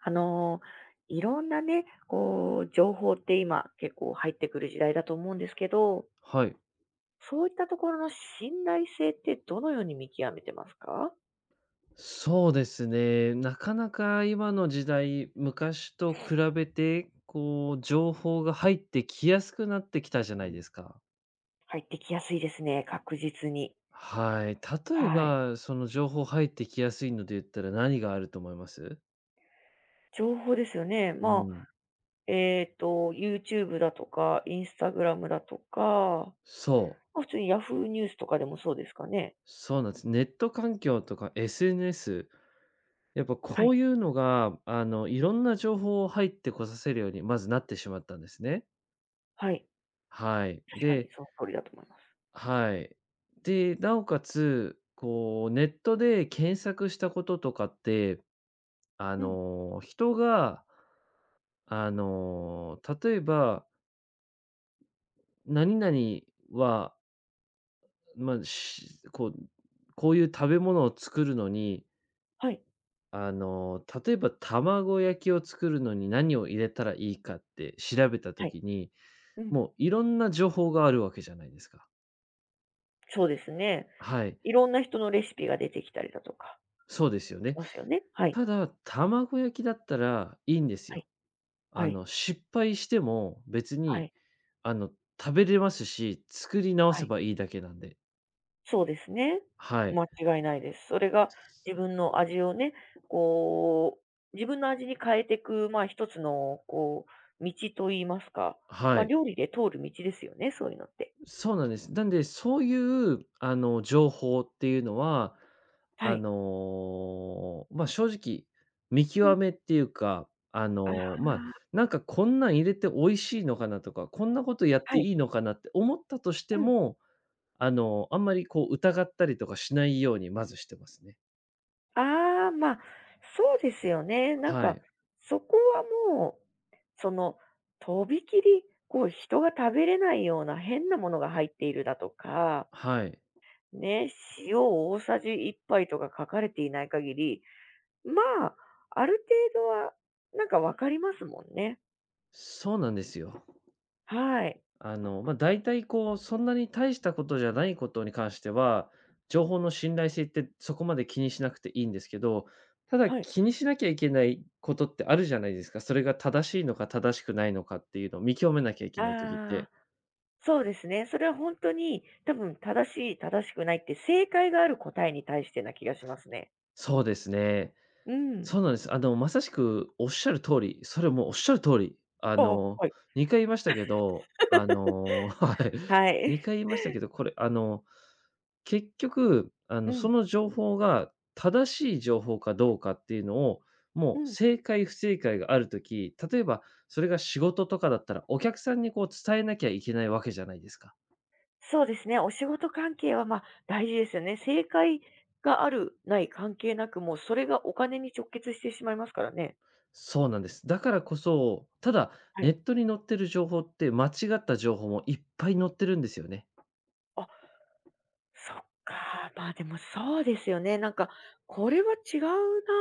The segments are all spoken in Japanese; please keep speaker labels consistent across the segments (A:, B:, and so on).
A: あの、いろんなね、こう、情報って今結構入ってくる時代だと思うんですけど、
B: はい。
A: そういったところの信頼性ってどのように見極めてますか？
B: そうですね。なかなか今の時代、昔と比べて、こう、情報が入ってきやすくなってきたじゃないですか。
A: 入ってきやすいですね、確実に。
B: はい。例え
A: はい。
B: ば、その情報入ってきやすいので言ったら何があると思います？
A: 情報ですよね。
B: う
A: まあ、
B: ん。
A: YouTube だとか、Instagram だとか、
B: そう。
A: まあ、普通に Yahoo ニュースとかでもそうですかね？
B: そうなんです。ネット環境とか SNS、やっぱ
A: は
B: こ
A: い、
B: ういうのが、いろんな情報を入ってこさせるように、まずなってしまったんですね。
A: はい。
B: はい。
A: 確かに
B: で、
A: その通りだと思います。
B: はい。で、なおかつ、こう、ネットで検索したこととかって、
A: うん、
B: 人が、例えば、何々は、まあ、しこうこういう食べ物を作るのに、
A: はい、
B: 例えば卵焼きを作るのに何を入れたらいいかって調べた
A: は
B: と
A: い。
B: きに、
A: うん。
B: もういろんな情報があるわけじゃないですか。
A: そうですね。
B: はい、
A: いろんな人のレシピが出てきたりだとか
B: そうですよ
A: し
B: ね。
A: ますよね。はい。
B: ただ、卵焼きだったらいいんです
A: は
B: よ。
A: い。はい。
B: 失敗しても別
A: は
B: に、
A: い。
B: あの、食べれますし、作り直
A: は
B: せ
A: い。
B: ばいいだけなんで。
A: そうですね。
B: はい。
A: 間違いないです。それが自分の味をね、こう、自分の味に変えていく、まあ一つの、こう、道といいますか、ま
B: は
A: あ
B: い。
A: 料理で通る道ですよね、そういうのって。
B: そうなんです。なんで、そういう、情報っていうのは、
A: はい。
B: まあ、正直、見
A: うん。
B: 極めっていうか、
A: ああ、
B: まあ、なんかこんなん入れて美味しいのかなとか、こんなことやっ
A: は
B: て
A: い。
B: いいのかなって思ったとして
A: うん。
B: も、あんまりこう疑ったりとかしないようにまずしてますね。
A: ああ、まあ、そうですよね。なん
B: は
A: か、
B: い。
A: そこはもう、その、とびきり、こう、人が食べれないような変なものが入っているだとか、
B: はい。
A: ね、塩大さじ1杯とか書かれていない限り、まあ、ある程度は、なんかわかりますもんね。
B: そうなんですよ。
A: はい。
B: まあ、大体こう、そんなに大したことじゃないことに関しては、情報の信頼性ってそこまで気にしなくていいんですけど、ただ
A: はい。
B: 気にしなきゃいけないことってあるじゃないですか。それが正しいのか正しくないのかっていうのを見極めなきゃいけない時っ
A: ああ、
B: て。
A: そうですね。それは本当に、多分、正しい、正しくないって正解がある答えに対してな気がしますね。
B: そうですね。
A: うん。
B: そうなんです。まさしくおっしゃる通り、それもうおっしゃる通り。
A: ああ、はい。
B: 2回言いましたけど、は
A: は
B: い。
A: い。
B: 2回言いましたけど、これ、結局、
A: うん、
B: その情報が正しい情報かどうかっていうのを、も
A: う
B: う
A: ん。
B: 正解不正解があるとき、例えばそれが仕事とかだったら、お客さんにこう伝えなきゃいけないわけじゃないですか。
A: そうですね。お仕事関係は、ま、大事ですよね。正解がある、ない関係なく、もうそれがお金に直結してしまいますからね。
B: そうなんです。だからこそ、ただ
A: は
B: ネ
A: い。
B: ットに載ってる情報って間違った情報もいっぱい載ってるんですよね。
A: あ、そっか。まあ、でもそうですよね。なんか、これは違う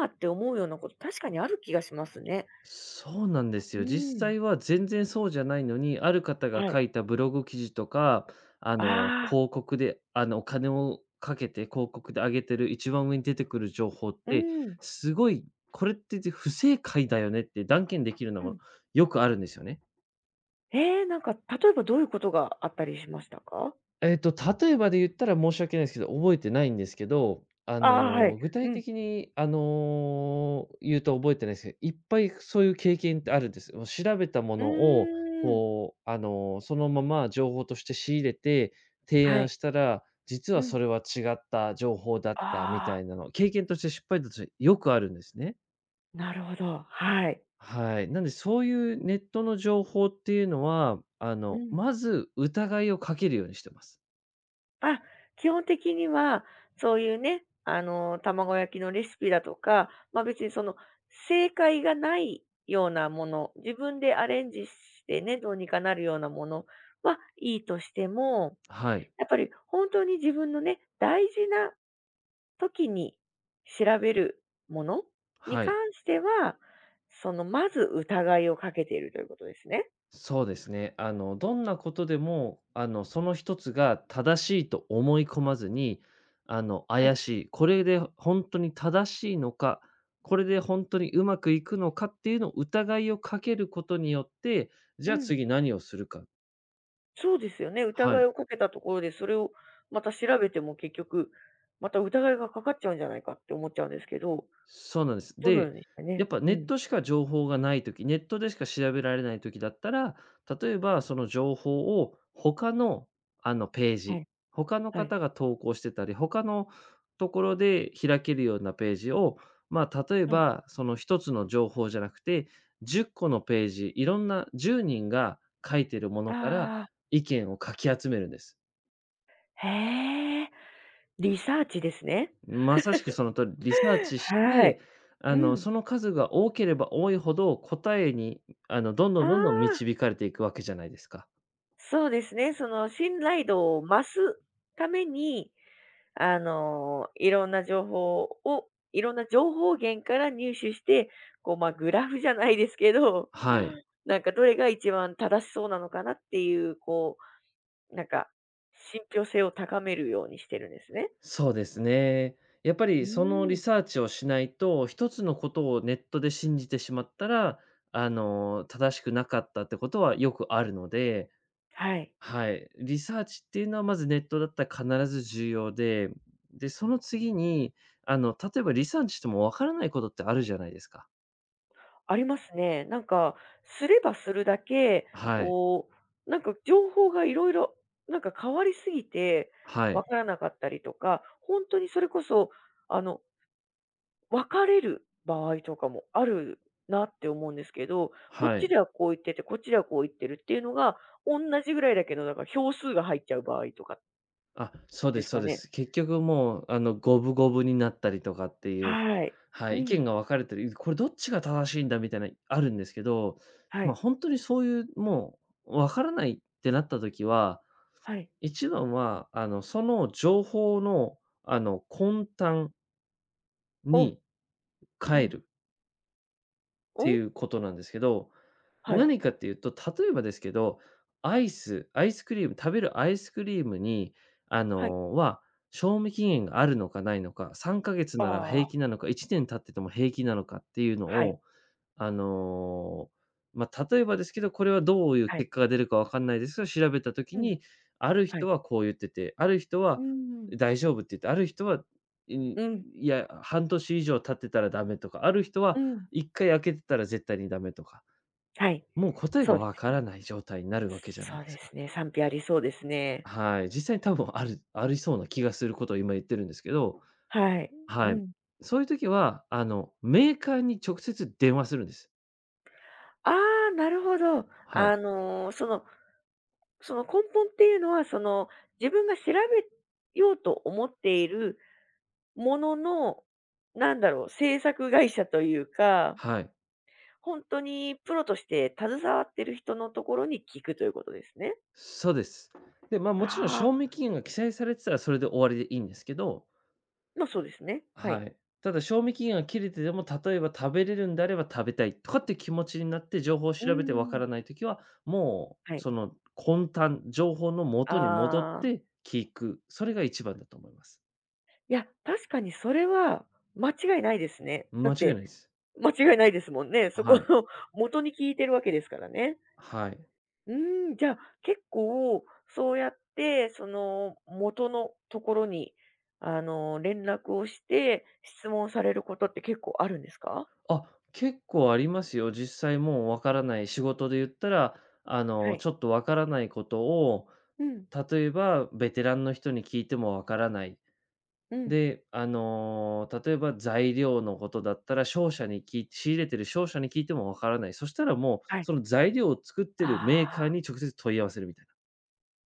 A: なって思うようなこと、確かにある気がしますね。
B: そうなんです
A: う
B: よ。実
A: ん。
B: 際は全然そうじゃないのに、ある方が
A: はい。
B: 書いたブログ記事とか、
A: ああ、
B: 広告で、お金をかけて広告で上げてる一番上に出てくる情報っ
A: う
B: て、
A: ん、
B: すごい、これって不正解だよねって断言できるの
A: う
B: も
A: ん。
B: よくあるんですよね。
A: えーなんか例えばどういうことがあったりしましたか？
B: えっと、例えばで言ったら申し訳ないですけど、覚えてないんですけど、
A: ああー、はい。
B: 具
A: う
B: 体
A: ん。
B: 的に、言うと覚えてないですけど、いっぱいそういう経験ってあるんです。もう調べたも
A: う
B: のを、
A: ーん。
B: こう、そのまま情報として仕入れて、提
A: は
B: 案
A: い。
B: したら、実
A: う
B: は
A: ん。
B: それは違った情報だったみ
A: あ
B: た
A: あ。
B: いなの、経験として失敗だとしてよくあるんですね。
A: なるほど、はい。
B: はい。なんで、そういうネットの情報っていうのは、
A: うん。
B: まず疑いをかけるようにしてます。
A: あ、基本的には、そういうね、あの、卵焼きのレシピだとか、ま、別にその、正解がないようなもの、自分でアレンジしてね、どうにかなるようなものはいいとしても、
B: はい。
A: やっぱり本当に自分のね、大事な時に調べるものに
B: は
A: 関
B: い。
A: しては、その、まず疑いをかけているということですね。
B: そうですね。どんなことでも、その一つが正しいと思い込まずに、
A: は
B: 怪
A: い。
B: しい、これで本当に正しいのか、これで本当にうまくいくのかっていうのを疑いをかけることによって、じ
A: う
B: ゃあ
A: ん
B: 次何をするか。
A: そうですよね。
B: は
A: 疑い
B: い。
A: をかけたところで、それをまた調べても結局、また疑いがかかっちゃうんじゃないかって思っちゃうんですけど、
B: そうなんです。
A: どのよ
B: で、
A: うにして
B: や
A: ね。
B: っぱ
A: う
B: ネッ
A: ん。
B: トしか情報がないとき、ネットでしか調べられないときだったら、例えばその情報を他の、ペー
A: は
B: ジ、
A: い。
B: 他の
A: はい。
B: 方が投稿してたり、他のところで開けるようなページを、まあ、例え
A: はい。
B: ばその一つの情報じゃなくて、10個のページ、いろんな10人が書いてるものから
A: ああ、
B: 意見をかき集めるんです。
A: へえ、リサーチですね。
B: まさしくその通り、リサーチし
A: は
B: て、
A: い。うん。
B: その数が多ければ多いほど、答えに、どんど
A: あ
B: んどんどん
A: あ、
B: 導かれていくわけじゃないですか。
A: そうですね。その信頼度を増すためにあの、いろんな情報をいろんな情報源から入手して、こう、まあ、グラフじゃないですけど、
B: はい、
A: なんかどれが一番正しそうなのかなっていう、こう、なんか、信憑性を高めるようにしてるんですね。
B: そうですね。やっぱ
A: う
B: りその
A: ー
B: リ
A: ん。
B: サーチをしないと、一つのことをネットで信じてしまったら、正しくなかったってことはよくあるので、
A: はい、
B: はい。リサーチっていうのはまずネットだったら必ず重要で、で、その次に、例えばリサーチしてもわからないことってあるじゃないですか。
A: ありますね。なんか、すればするだけ、
B: はい。
A: こう、なんか情報がいろいろなんか変わりすぎて、
B: はい。
A: 分からなかったりとか、本当にそれこそ、あの別れる場合とかもあるなって思うんですけど、こっ
B: は
A: ち
B: い。
A: ではこう言ってて、こっちではこう言ってるっていうのが、同じぐらいだけど、だから票数が入っちゃう場合とか
B: あ、そう
A: で
B: で
A: す
B: すそう
A: か
B: で
A: ね。
B: す。結局もう、五分五分になったりとかっていう、
A: はい。
B: は
A: う
B: い、意
A: ん。
B: 見が分かれてる、これどっちが正しいんだみたいな、あるんですけど、
A: は
B: ま、あ
A: い。
B: 本当にそういう、もうわからないってなった時は、
A: はい。
B: 一番は、その情報の、根端
A: おう。
B: に
A: う
B: 帰
A: ん。
B: る、て
A: お
B: い
A: う。
B: うことなんですけど、
A: はい。
B: 何かっていうと、例えばですけど、アイスクリーム、食べるアイスクリームに、あ
A: はい。
B: の、は、賞味期限があるのかないのか、3ヶ月なら平
A: ああ、
B: 気なのか、1年経ってても平気なのかっていうの
A: はい。
B: を、あの、まあ、例えばですけど、これはどういう
A: はい。
B: 結果が出るかわかんないですが、調べた時
A: うん。
B: に、ある
A: は
B: 人
A: い。
B: はこう言ってて、ある人
A: う
B: は
A: ん。
B: 大丈夫って言って、ある人は、い
A: うん。
B: いや、半年以上経ってたらダメとか、ある人
A: う
B: は
A: ん。
B: 1回開けてたら絶対にダメとか、
A: はい。
B: もう答え
A: そ
B: が
A: うで
B: わ
A: す
B: から
A: ね。
B: ない状態になるわけじゃない
A: そう
B: です
A: で
B: か。
A: すね。賛否ありそうですね。
B: はい、実際に多分ありそうな気がすることを今言ってるんですけど、
A: はい。う
B: はい。
A: ん。
B: そういう時は、メーカーに直接電話するんです。
A: ああ、なるほど。
B: はい、
A: あの、その根本っていうのは、その、自分が調べようと思っているものの、なんだろう、制作会社というか、
B: はい。
A: 本当にプロとして携わってる人のところに聞くということですね。
B: そうです。で、まあ、
A: あ
B: もちろん
A: あ、
B: 賞味期限が記載されてたらそれで終わりでいいんですけど、
A: ま、そうですね。はい。
B: はい。ただ賞味期限が切れてでも、例えば食べれるんであれば食べたいとかって気持ちになって情報を
A: うー
B: 調べてわか
A: ん。
B: らないときは、もう
A: はい。
B: その根端、情報の元に戻っ
A: ああ、
B: て聞く。それが一番だと思います。
A: いや、確かにそれは間違いないですね。だっ
B: 間違いない
A: て、
B: です。
A: 間違いないですもんね。そこ
B: はい。
A: の 元に聞いてるわけですからね。
B: はい。
A: うーん、じゃあ、結構そうやって、その、元のところに、あの、連絡をして、質問されることって結構あるんですか？
B: あ、結構ありますよ。実際もうわからない仕事で言ったら、
A: はい。
B: ちょっとわからないことを、
A: うん、
B: 例えば、ベテランの人に聞いてもわからない。
A: うん。
B: で、例えば材料のことだったら、商社にき仕入れてる商社に聞いてもわからない。そしたらもう、
A: はい。
B: その材料を作ってるメーカー
A: あ
B: に直接問い合わせるみたいな。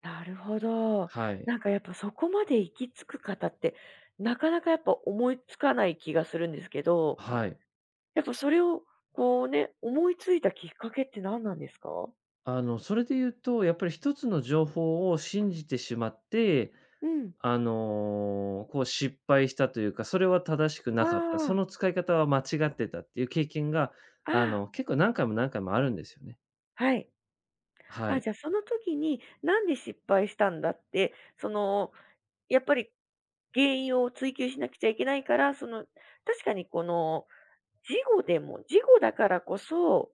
A: あ、なるほど。
B: はい。
A: なんかやっぱそこまで行き着く方って、なかなかやっぱ思いつかない気がするんですけど、
B: はい。
A: やっぱそれをこうね、思いついたきっかけって何なんですか？
B: それで言うと、やっぱり一つの情報を信じてしまって、
A: うん。
B: こう失敗したというか、それは正しく
A: あ
B: なかった、そ
A: あ、
B: の使い方は間違ってたっていう経験が、
A: ああ、
B: 結構何回も何回もあるんですよね。
A: はい。
B: は
A: あ、
B: い。
A: じゃあその時に、なんで失敗したんだって、その、やっぱり原因を追求しなくちゃいけないから、その、確かにこの、事後でも、事後だからこそ、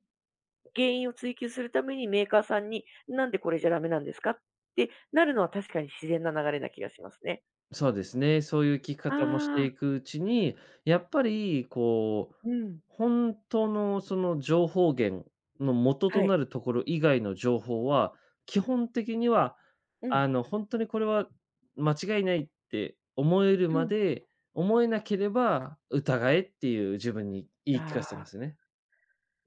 A: 原因を追求するためにメーカーさんに、なんでこれじゃダメなんですかってなるのは確かに自然な流れな気がしますね。
B: そうですね。そういう聞き方もして
A: ああ、
B: いくうちに、やっぱりこう、
A: うん。
B: 本当のその情報源の元
A: は
B: と
A: い。
B: なるところ以外の情報は、基本的には、
A: うん。
B: 本当にこれは間違いないって思える
A: う
B: ま
A: ん。
B: で、思えなければ疑えっていう自分に言い聞か
A: あ
B: せてま
A: あ、
B: すね。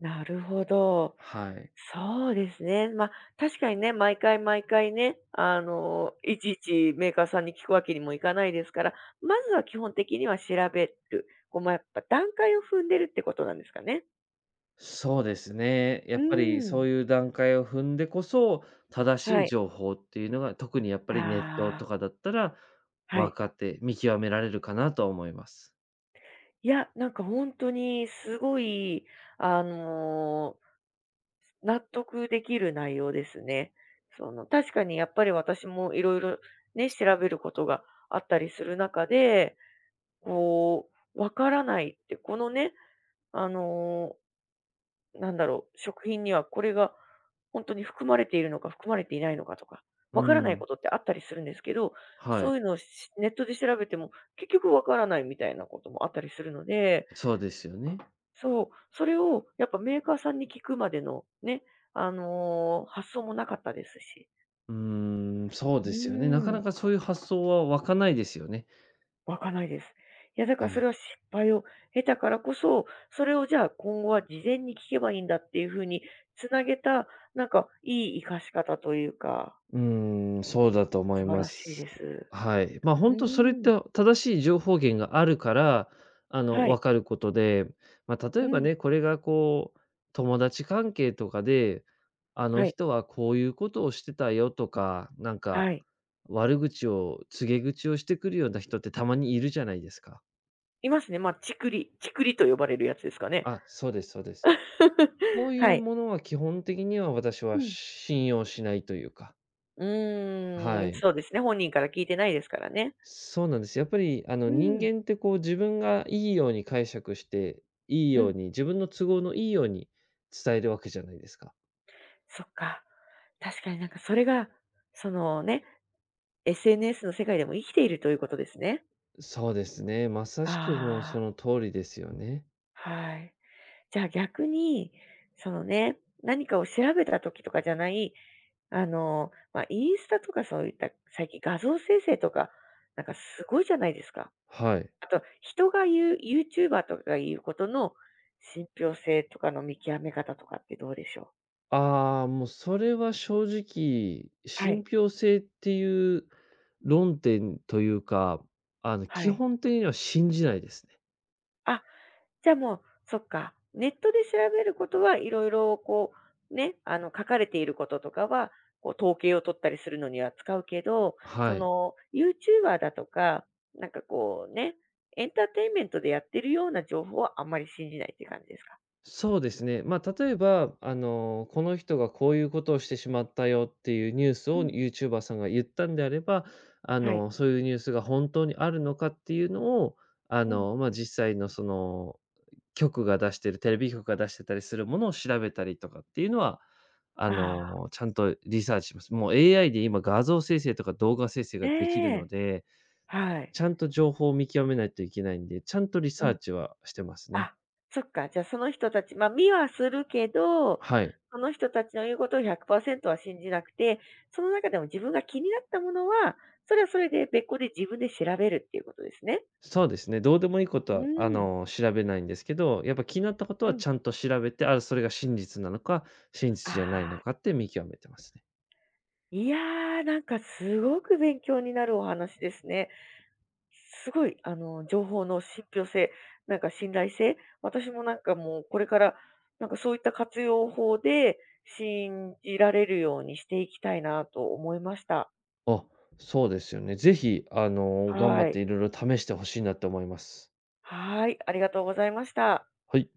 A: なるほど。
B: はい。
A: そうですね。まあ、確かにね、毎回毎回ね、あの、いちいちメーカーさんに聞くわけにもいかないですから、まずは基本的には調べる。こう、まあ、やっぱ段階を踏んでるってことなんですかね？
B: そうですね。や
A: う
B: っぱり
A: ん。
B: そういう段階を踏んでこそ、正し
A: は
B: い
A: い。
B: 情報っていうのが、特にやっぱりネット
A: あ
B: と
A: あ、
B: かだったら、
A: は
B: 分
A: い。
B: かって見極められるかなとは思います。
A: いや、なんか本当にすごい、あの、納得できる内容ですね。その、確かにやっぱり私もいろいろね、調べることがあったりする中で、こう、わからないって、このね、あの、なんだろう、食品にはこれが本当に含まれているのか含まれていないのかとか、
B: う
A: わからない
B: ん。
A: ことってあったりするんですけど、
B: は
A: そう
B: い。
A: いうのをしネットで調べても結局わからないみたいなこともあったりするので、
B: そうですよね。
A: そう、それをやっぱメーカーさんに聞くまでのね、あの、発想もなかったですし。
B: うーん、そう
A: う
B: ですよね。なか
A: ーん。
B: なかそういう発想は湧かないですよね。
A: わかんないです。いや、だか
B: は
A: らそ
B: い。
A: れは失敗を経たからこそ、それをじゃあ今後は事前に聞けばいいんだっていう風につなげた、なんかいい生かし方というか、
B: うーん、そうだと思
A: 素
B: い
A: 晴
B: ま
A: らしいで
B: す。
A: す。う
B: はい。ま、あ
A: ー
B: 本当それっ
A: ん。
B: て正しい情報源があるから、
A: はい。
B: 分かることで、ま、例え
A: う
B: ば
A: ん。
B: ね、これがこう、友達関係とかで、あの
A: はい。
B: 人はこういうことをしてたよとか、なんか
A: はい。
B: 悪口を告げ口をしてくるような人ってたまにいるじゃないですか。
A: いますね。まあ、チクリチクリと呼ばれるやつですかね。
B: あ、そうですそうです。そう い
A: は
B: う
A: い。
B: ものは基本的には私
A: う
B: は
A: ん。
B: 信用しないというか、
A: う
B: は
A: ーん、
B: い。
A: そうですね、本人から聞いてないですからね。
B: そうなんです。やっぱり、
A: う
B: 人
A: ん、
B: 間ってこう自分がいいように解釈して、いい
A: う
B: よ
A: ん。
B: うに、自分の都合のいいように伝えるわけじゃないですか。
A: そっか。確かになんかそれが、そのね SNS の世界でも生きているということですね。
B: そうですね。まさしくもう
A: あ
B: そ
A: あ、
B: の通りですよね。
A: はい。じゃあ逆に、そのね、何かを調べた時とかじゃない、あの、まあ、インスタとかそういった最近画像生成とか、なんかすごいじゃないですか。
B: はい。
A: あと、人が言う、YouTuber とかが言うことの信憑性とかの見極め方とかってどうでしょう。
B: ああ、もうそれは正直、
A: は
B: 信
A: い。
B: 憑性っていう論点というか、
A: は
B: 基
A: い。
B: 本的には信じないですね。
A: あ、じゃあもう、そっか、ネットで調べることはいろいろこう、ね、あの書かれていることとかは、こう統計を取ったりするのには使うけど、そ
B: はい。
A: のユーチューバーだとか、なんかこうね、エンターテインメントでやってるような情報はあんまり信じないっていう感じですか？
B: そうですね。まあ、例えば、この人がこういうことをしてしまったよっていうニュース
A: う
B: を
A: ん。
B: ユーチューバーさんが言ったんであれば、
A: はい。
B: そういうニュースが本当にあるのかっていうのを、
A: うん。
B: まあ、実際のその、局が出してるテレビ局が出してたりするものを調べたりとかっていうのは、
A: ああ、
B: ちゃんとリサーチします。もう AI で今画像生成とか動画生成ができる
A: ね
B: の
A: え、
B: で、
A: はい。
B: ちゃんと情報を見極めないといけないんで、ちゃんとリサーチはしてますね。
A: あ、そっか、じゃあその人たち、ま、見はするけど、
B: はい。
A: その人たちの言うことを100%は信じなくて、その中でも自分が気になったものは、それはそれで別個で自分で調べるっていうことですね。
B: そうですね、どうでもいいこと
A: う
B: は、
A: ん、
B: 調べないんですけど、やっぱ気になったこと
A: う
B: は
A: ん。
B: ちゃんと調べて、あ、それが真実なのか、真実
A: あ
B: じゃないの
A: あ、
B: かって見極めてますね。
A: いやー、なんかすごく勉強になるお話ですね。すごい、あの、情報の信憑性、なんか信頼性、私もなんかもうこれから、なんかそういった活用法で信じられるようにしていきたいなと思いました。
B: あ、そうですよね。ぜひ、頑張
A: は
B: っ
A: い。
B: ていろいろ試してほしいなと思います。
A: はい、ありがとうございました。
B: はい。